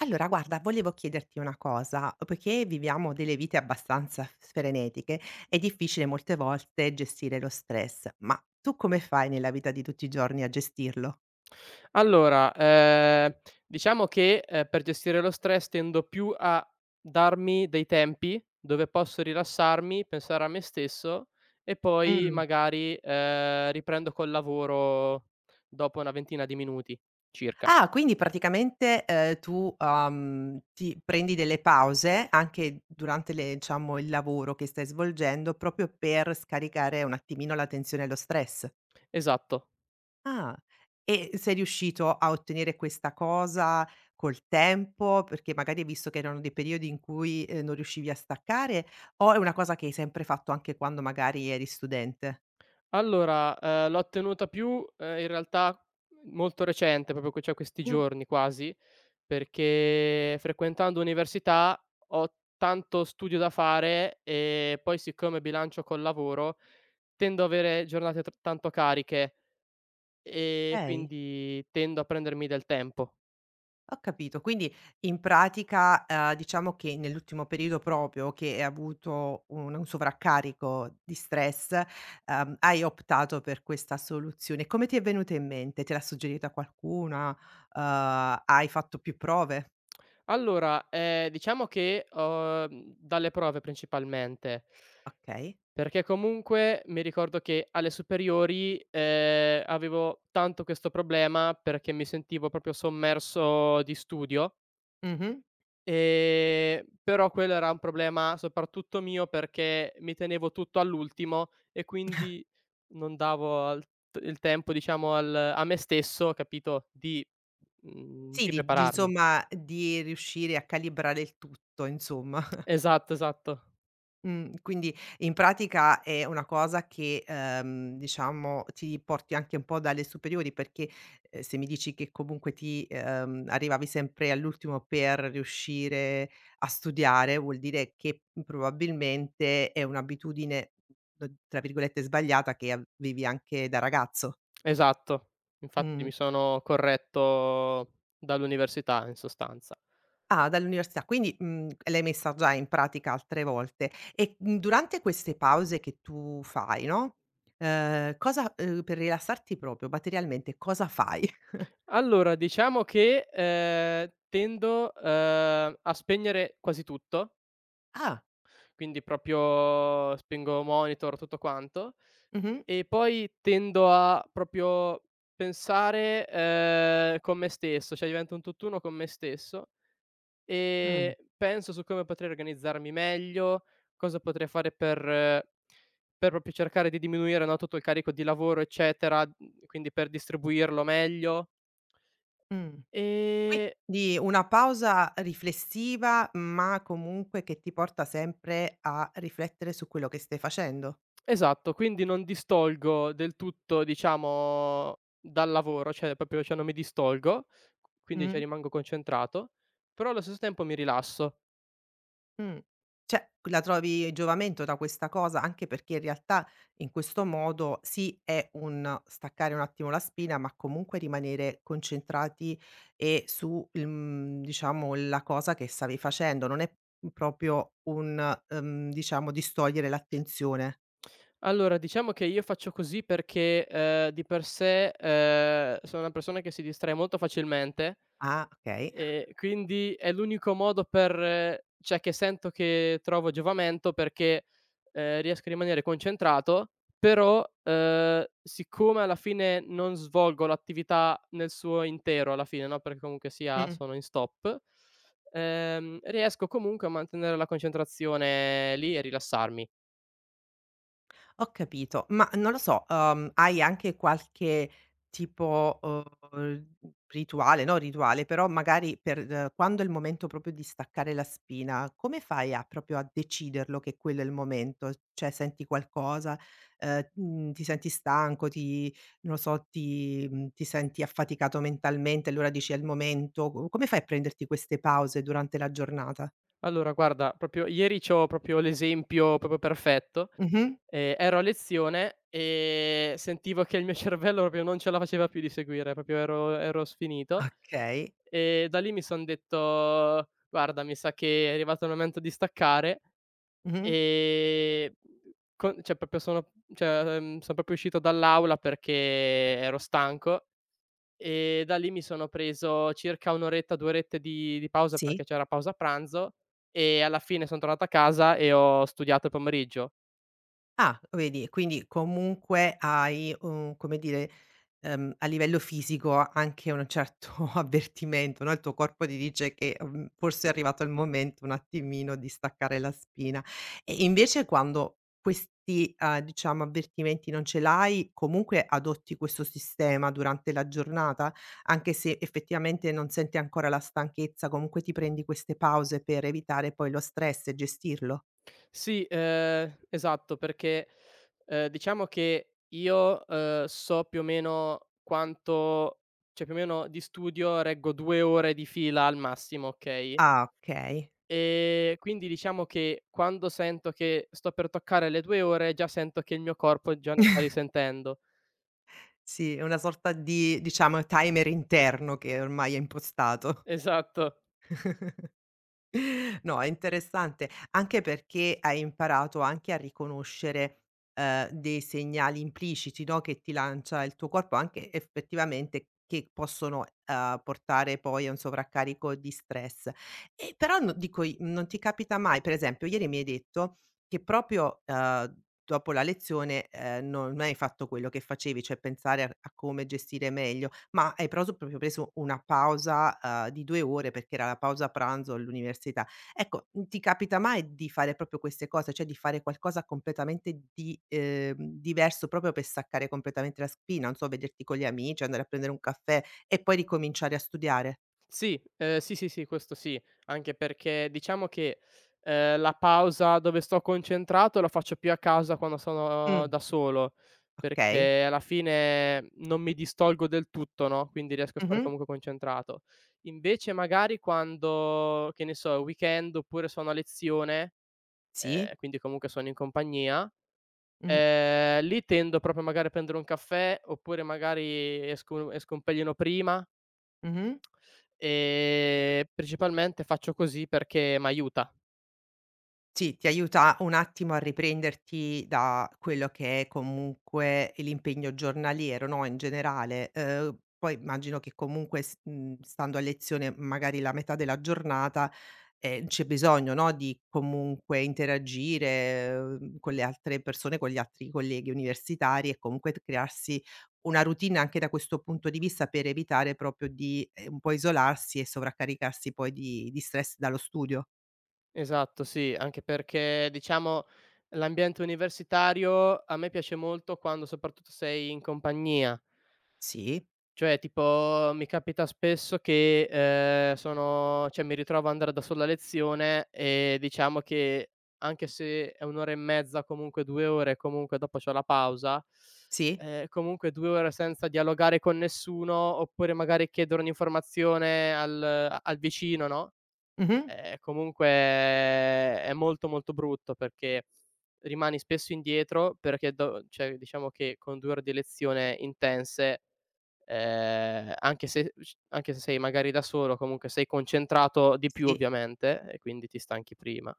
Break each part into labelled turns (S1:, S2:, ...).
S1: Allora guarda, volevo chiederti una cosa, poiché viviamo delle vite abbastanza f frenetiche, è difficile molte volte gestire lo stress, ma tu come fai nella vita di tutti i giorni a gestirlo?
S2: Allora, diciamo che, per gestire lo stress tendo più a darmi dei tempi dove posso rilassarmi, pensare a me stesso e poi
S1: Mh.
S2: magari, riprendo col lavoro dopo una ventina di minuti circa.
S1: Ah, quindi praticamente, tu, ti prendi delle pause anche durante le diciamo, il lavoro che stai svolgendo, proprio per scaricare un attimino la tensione e lo stress.
S2: Esatto.
S1: Ah, e sei riuscito a ottenere questa cosa col tempo? Perché magari hai visto che erano dei periodi in cui, non riuscivi a staccare, o è una cosa che hai sempre fatto anche quando magari eri studente?
S2: Allora, l'ho ottenuta più, in realtà molto recente, proprio que cioè questi
S1: Mh,
S2: giorni quasi. Perché frequentando università ho tanto studio da fare e poi siccome bilancio col lavoro, tendo a avere giornate tr tanto cariche e
S1: okay,
S2: quindi tendo a prendermi del tempo.
S1: ho capito. Quindi in pratica, diciamo che nell'ultimo periodo proprio che hai avuto un sovraccarico di stress, hai optato per questa soluzione. Come ti è venuta in mente? Te l'ha suggerita qualcuna? Hai fatto più prove?
S2: Allora, diciamo che, dalle prove principalmente,
S1: Okay.
S2: perché comunque mi ricordo che alle superiori, avevo tanto questo problema perché mi sentivo proprio sommerso di studio.
S1: Mh-mh.
S2: Però quello era un problema soprattutto mio perché mi tenevo tutto all'ultimo e quindi non davo al t il tempo diciamo al a me stesso, capito, di
S1: Sì,
S2: di
S1: di
S2: prepararmi.
S1: insomma, di riuscire a calibrare il tutto insomma.
S2: Esatto, esatto,
S1: Quindi in pratica è una cosa che, diciamo ti porti anche un po' dalle superiori perché, se mi dici che comunque ti arrivavi sempre all'ultimo per riuscire a studiare, vuol dire che probabilmente è un'abitudine, tra virgolette, "sbagliata" che avevi anche da ragazzo.
S2: esatto. Infatti
S1: Mh.
S2: mi sono corretto dall'università in sostanza.
S1: Ah, dall'università, quindi, l'hai messa già in pratica altre volte. E, durante queste pause che tu fai, no, cosa per rilassarti proprio materialmente, cosa fai?
S2: Allora diciamo che, tendo, a spegnere quasi tutto.
S1: Ah.
S2: Quindi proprio spengo monitor, tutto quanto.
S1: Mh-mh.
S2: E poi tendo a proprio pensare, con me stesso, cioè divento un tutt'uno con me stesso
S1: Mh.
S2: e penso su come potrei organizzarmi meglio, cosa potrei fare per proprio cercare di diminuire, no, tutto il carico di lavoro eccetera, quindi per distribuirlo meglio.
S1: Mh.
S2: Ehm
S1: Quindi una pausa riflessiva, ma comunque che ti porta sempre a riflettere su quello che stai facendo.
S2: Esatto, quindi non distolgo del tutto, diciamo, dal lavoro, cioè proprio cioè non mi distolgo, quindi cioè
S1: Mh.
S2: rimango concentrato, però allo stesso tempo mi rilasso.
S1: Mh. Cioè, la trovi giovamento da questa cosa? Anche perché in realtà in questo modo sì, è un staccare un attimo la spina, ma comunque rimanere concentrati e su il diciamo la cosa che stavi facendo. Non è proprio un, diciamo distogliere l'attenzione.
S2: Allora, diciamo che io faccio così perché, di per sé, sono una persona che si distrae molto facilmente.
S1: Ah, okay.
S2: Quindi è l'unico modo per cioè che sento che trovo giovamento perché, riesco a rimanere concentrato, però, siccome alla fine non svolgo l'attività nel suo intero alla fine, no, perché comunque sia
S1: Mh.
S2: sono in stop, riesco comunque a mantenere la concentrazione lì e rilassarmi.
S1: Ho capito, ma non lo so, hai anche qualche tipo, rituale no rituale, però magari per quando è il momento proprio di staccare la spina, come fai a proprio a deciderlo che quello è il momento? Cioè senti qualcosa, ti senti stanco, ti non lo so, ti ti senti affaticato mentalmente, allora dici: "È il momento." Co Come fai a prenderti queste pause durante la giornata?
S2: Allora guarda, proprio ieri c'ho proprio l'esempio proprio perfetto.
S1: Mh-mh.
S2: Ero a lezione e sentivo che il mio cervello proprio non ce la faceva più di seguire, proprio ero sfinito
S1: Okay.
S2: e da lì mi son detto: "Guarda, mi sa che è arrivato il momento di staccare",
S1: Mh-mh.
S2: ehm, con cioè proprio sono cioè, son proprio uscito dall'aula perché ero stanco e da lì mi sono preso circa 1 oretta, 2 orette di pausa perché
S1: Sì.
S2: c'era pausa pranzo e alla fine son tornato a casa e ho studiato il pomeriggio.
S1: Ah, vedi, quindi comunque hai un come dire, a livello fisico anche un certo avvertimento, no, il tuo corpo ti dice che, forse è arrivato il momento un attimino di staccare la spina. E invece quando questi, diciamo avvertimenti non ce l'hai, comunque adotti questo sistema durante la giornata? Anche se effettivamente non senti ancora la stanchezza, comunque ti prendi queste pause per evitare poi lo stress e gestirlo?
S2: Sì, esatto, perché, diciamo che io, so più o meno quanto cioè più o meno di studio reggo 2 ore di fila al massimo, okay,
S1: Ah, okay.
S2: quindi diciamo che quando sento che sto per toccare le 2 ore, già sento che il mio corpo già ne sta risentendo.
S1: Sì, è una sorta di, diciamo, timer interno che ormai è impostato.
S2: Esatto.
S1: No, è interessante, anche perché hai imparato anche a riconoscere, dei segnali impliciti, no, che ti lancia il tuo corpo, anche effettivamente che possono, portare poi a un sovraccarico di stress. E però no dico i non ti capita mai, per esempio ieri mi hai detto che proprio, dopo la lezione, non hai fatto quello che facevi, cioè pensare a come gestire meglio, ma hai proso proprio preso una pausa, di 2 ore perché era la pausa pranzo all'università. Ecco, ti capita mai di fare proprio queste cose, cioè di fare qualcosa completamente di diverso proprio per staccare completamente la spina? Non so, vederti con gli amici, andare a prendere un caffè e poi ricominciare a studiare?
S2: Sì, sì, sì, sì, questo sì, anche perché diciamo che, la pausa dove sto concentrato la faccio più a casa quando sono
S1: Mh,
S2: da solo,
S1: okay.
S2: perché alla fine non mi distolgo del tutto, no, quindi riesco a stare
S1: Mh-mh.
S2: comunque concentrato. Invece magari quando, che ne so, è weekend oppure sono a lezione,
S1: Sì.
S2: quindi comunque sono in compagnia,
S1: Mh-mh.
S2: lì tendo proprio magari a prendere un caffè, oppure magari esco un pelino prima.
S1: Mh-mh.
S2: Principalmente faccio così perché m'aiuta.
S1: Sì, ti aiuta un attimo a riprenderti da quello che è comunque l'impegno giornaliero, no, in generale. Poi immagino che comunque s stando a lezione magari la metà della giornata, c'è bisogno, no, di comunque interagire, con le altre persone, con gli altri colleghi universitari e comunque t crearsi una routine anche da questo punto di vista per evitare proprio di, un po' isolarsi e sovraccaricarsi poi di stress dallo studio.
S2: Esatto, sì, anche perché diciamo l'ambiente universitario a me piace molto quando soprattutto sei in compagnia.
S1: Sì,
S2: Cioè tipo mi capita spesso che, sono cioè mi ritrovo ad andare da solo a lezione e diciamo che anche se è 1 ora e mezza, comunque 2 ore, comunque dopo c'ho la pausa,
S1: sì.
S2: comunque 2 ore senza dialogare con nessuno, oppure magari chiedere un'informazione al a al vicino, no,
S1: Mh-mh.
S2: comunque è molto, molto brutto perché rimani spesso indietro perché do cioè diciamo che con 2 ore di lezione intense. Anche se sei magari da solo, comunque sei concentrato di più
S1: Sì,
S2: ovviamente e quindi ti stanchi prima.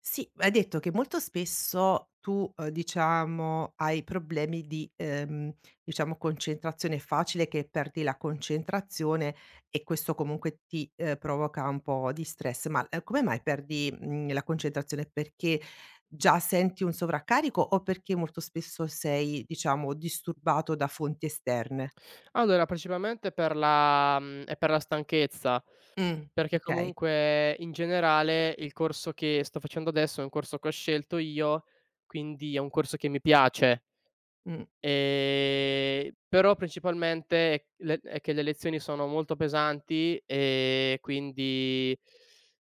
S1: sì, hai detto che molto spesso tu, diciamo, hai problemi di, diciamo, concentrazione. È facile che perdi la concentrazione e questo comunque ti, provoca un po' di stress. Ma, come mai perdi, la concentrazione? Perché già senti un sovraccarico o perché molto spesso sei, diciamo, disturbato da fonti esterne?
S2: Allora principalmente per la è per la stanchezza,
S1: Mh.
S2: perché
S1: Okay,
S2: comunque in generale il corso che sto facendo adesso è un corso che ho scelto io, quindi è un corso che mi piace.
S1: mh.
S2: Però principalmente è le è che le lezioni sono molto pesanti e quindi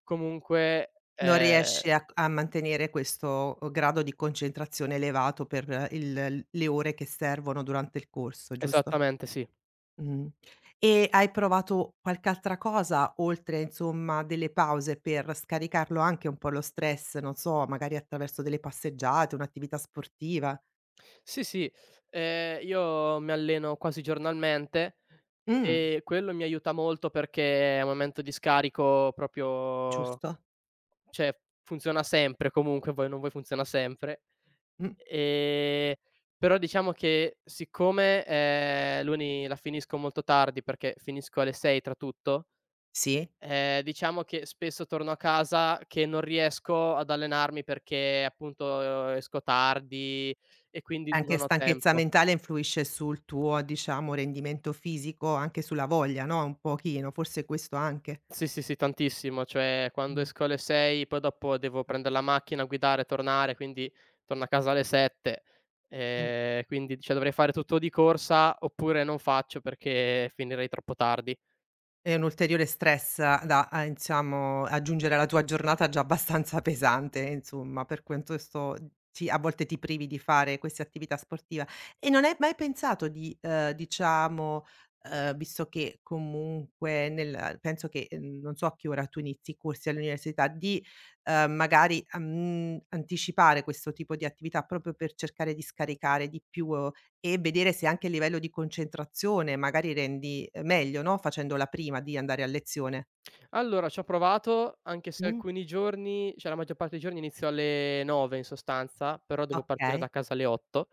S2: comunque
S1: Non riesci a mantenere questo grado di concentrazione elevato per il le ore che servono durante il corso, giusto?
S2: esattamente sì.
S1: Mh. E hai provato qualche altra cosa oltre, insomma, delle pause per scaricarlo anche un po' lo stress, non so, magari attraverso delle passeggiate, un'attività sportiva?
S2: Sì, sì, io mi alleno quasi giornalmente
S1: Mh,
S2: e quello mi aiuta molto perché è un momento di scarico proprio
S1: giusto.
S2: cioè funziona sempre comunque, vuoi o non vuoi funziona sempre.
S1: Mh,
S2: Ehm, però diciamo che siccome, l'uni la finisco molto tardi perché finisco alle 6 tra tutto,
S1: sì.
S2: diciamo che spesso torno a casa che non riesco ad allenarmi perché appunto esco tardi e quindi
S1: Anche
S2: non ho
S1: stanchezza
S2: tempo.
S1: mentale influisce sul tuo, diciamo, rendimento fisico, anche sulla voglia, no, un pochino, forse questo anche.
S2: Sì, sì, sì, tantissimo. Cioè, quando
S1: Mh,
S2: esco alle 6, poi dopo devo prendere la macchina, guidare, tornare, quindi torno a casa alle 7.
S1: mh, mh.
S2: Quindi, cioè, dovrei fare tutto di corsa, oppure non faccio perché finirei troppo tardi.
S1: È un ulteriore stress a diciamo, aggiungere alla tua giornata già abbastanza pesante, insomma, per quanto sto ti a volte ti privi di fare queste attività sportiva. E non hai mai pensato di, diciamo, visto che comunque nel penso che, non so a che ora tu inizi i corsi all'università, di, magari, anticipare questo tipo di attività proprio per cercare di scaricare di più e vedere se anche a livello di concentrazione magari rendi meglio, no, facendola prima di andare a lezione.
S2: Allora, ci ho provato, anche se
S1: Mh,
S2: alcuni giorni cioè, la maggior parte dei giorni inizio alle 9 in sostanza, però devo partire
S1: okay.
S2: da casa alle 8.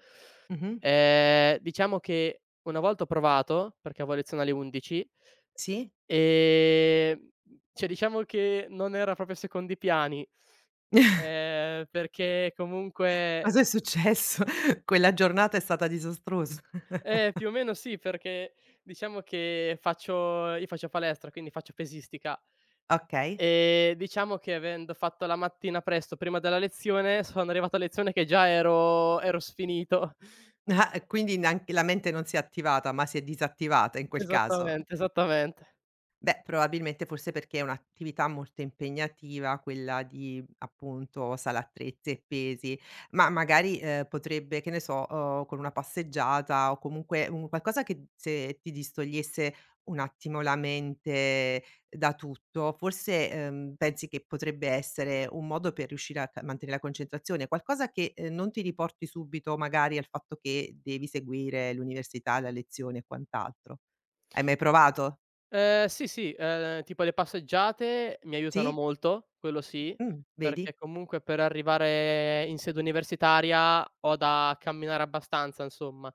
S1: Mh-mh.
S2: Diciamo che una volta ho provato, perché avevo lezione alle 11.
S1: Sì?
S2: Ehm, cioè diciamo che non era proprio ai secondi piani, perché comunque
S1: Cosa è successo? Quella giornata è stata disastrosa.
S2: più o meno sì, perché diciamo che faccio io faccio palestra, quindi faccio pesistica,
S1: Okay.
S2: e diciamo che avendo fatto la mattina presto prima della lezione, sono arrivato a lezione che già ero sfinito.
S1: Ah, quindi neanche la mente non si è attivata, ma si è disattivata in quel caso.
S2: Esattamente, esattamente.
S1: Beh, probabilmente forse perché è un'attività molto impegnativa quella di, appunto, sala attrezzi e pesi, ma magari, potrebbe, che ne so, con una passeggiata o comunque un qualcosa che se ti distogliesse un attimo la mente da tutto, forse, pensi che potrebbe essere un modo per riuscire a ca mantenere la concentrazione, qualcosa che, non ti riporti subito magari al fatto che devi seguire l'università, la lezione e quant'altro. Hai mai provato?
S2: Sì, sì, tipo le passeggiate mi aiutano
S1: Sì?
S2: molto, quello sì,
S1: Vedi?
S2: perché comunque per arrivare in sede universitaria ho da camminare abbastanza insomma.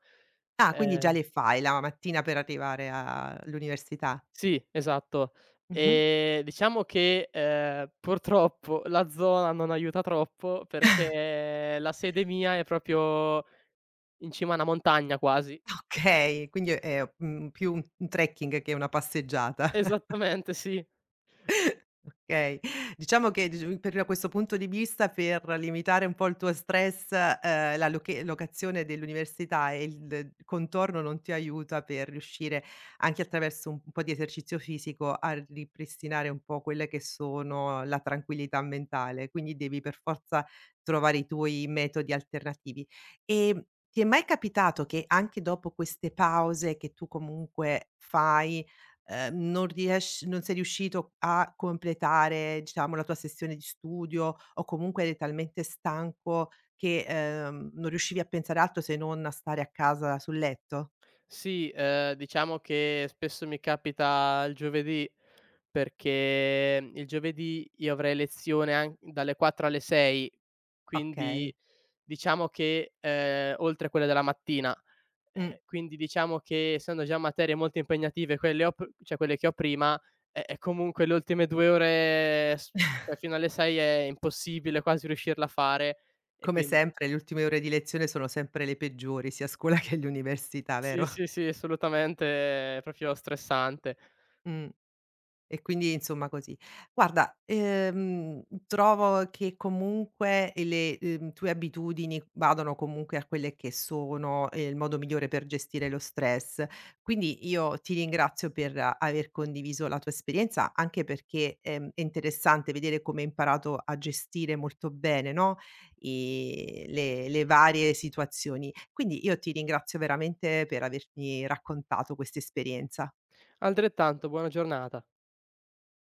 S1: Ah, quindi già
S2: Ehm
S1: le fai la mattina per arrivare a all'università.
S2: sì, esatto.
S1: Mh-mh.
S2: Diciamo che, purtroppo la zona non aiuta troppo perché la sede mia è proprio in cima a una montagna quasi.
S1: Okay, quindi è, più un trekking che una passeggiata.
S2: Esattamente sì.
S1: Okay. Diciamo che d per questo punto di vista, per limitare un po' il tuo stress, la loche locazione dell'università e il contorno non ti aiuta per riuscire, anche attraverso un po' di esercizio fisico, a ripristinare un po' quelle che sono la tranquillità mentale, quindi devi per forza trovare i tuoi metodi alternativi. Ehm, Ti è mai capitato che anche dopo queste pause che tu comunque fai, non riesci non sei riuscito a completare, diciamo, la tua sessione di studio, o comunque eri talmente stanco che, non riuscivi a pensare altro se non a stare a casa sul letto?
S2: Sì, diciamo che spesso mi capita il giovedì. Perché, il giovedì io avrei lezione an dalle 4 alle 6, quindi
S1: Okay.
S2: diciamo che, oltre a quelle della mattina,
S1: Mh.
S2: quindi diciamo che essendo già materie molto impegnative quelle ho p cioè quelle che ho prima, comunque le ultime 2 ore s cioè fino alle 6 è impossibile quasi riuscirla a fare e
S1: Come
S2: quindi
S1: sempre le ultime ore di lezione sono sempre le peggiori, sia a scuola che all'università,
S2: sì,
S1: vero?
S2: sì, sì, assolutamente è proprio stressante.
S1: Mh. E quindi insomma così. Guarda, trovo che comunque le, tue abitudini vadano comunque a quelle che sono, il modo migliore per gestire lo stress. Quindi io ti ringrazio per aver condiviso la tua esperienza, anche perché, è interessante vedere come hai imparato a gestire molto bene, no, i le varie situazioni. Quindi io ti ringrazio veramente per avermi raccontato questa esperienza.
S2: Altrettanto, buona giornata.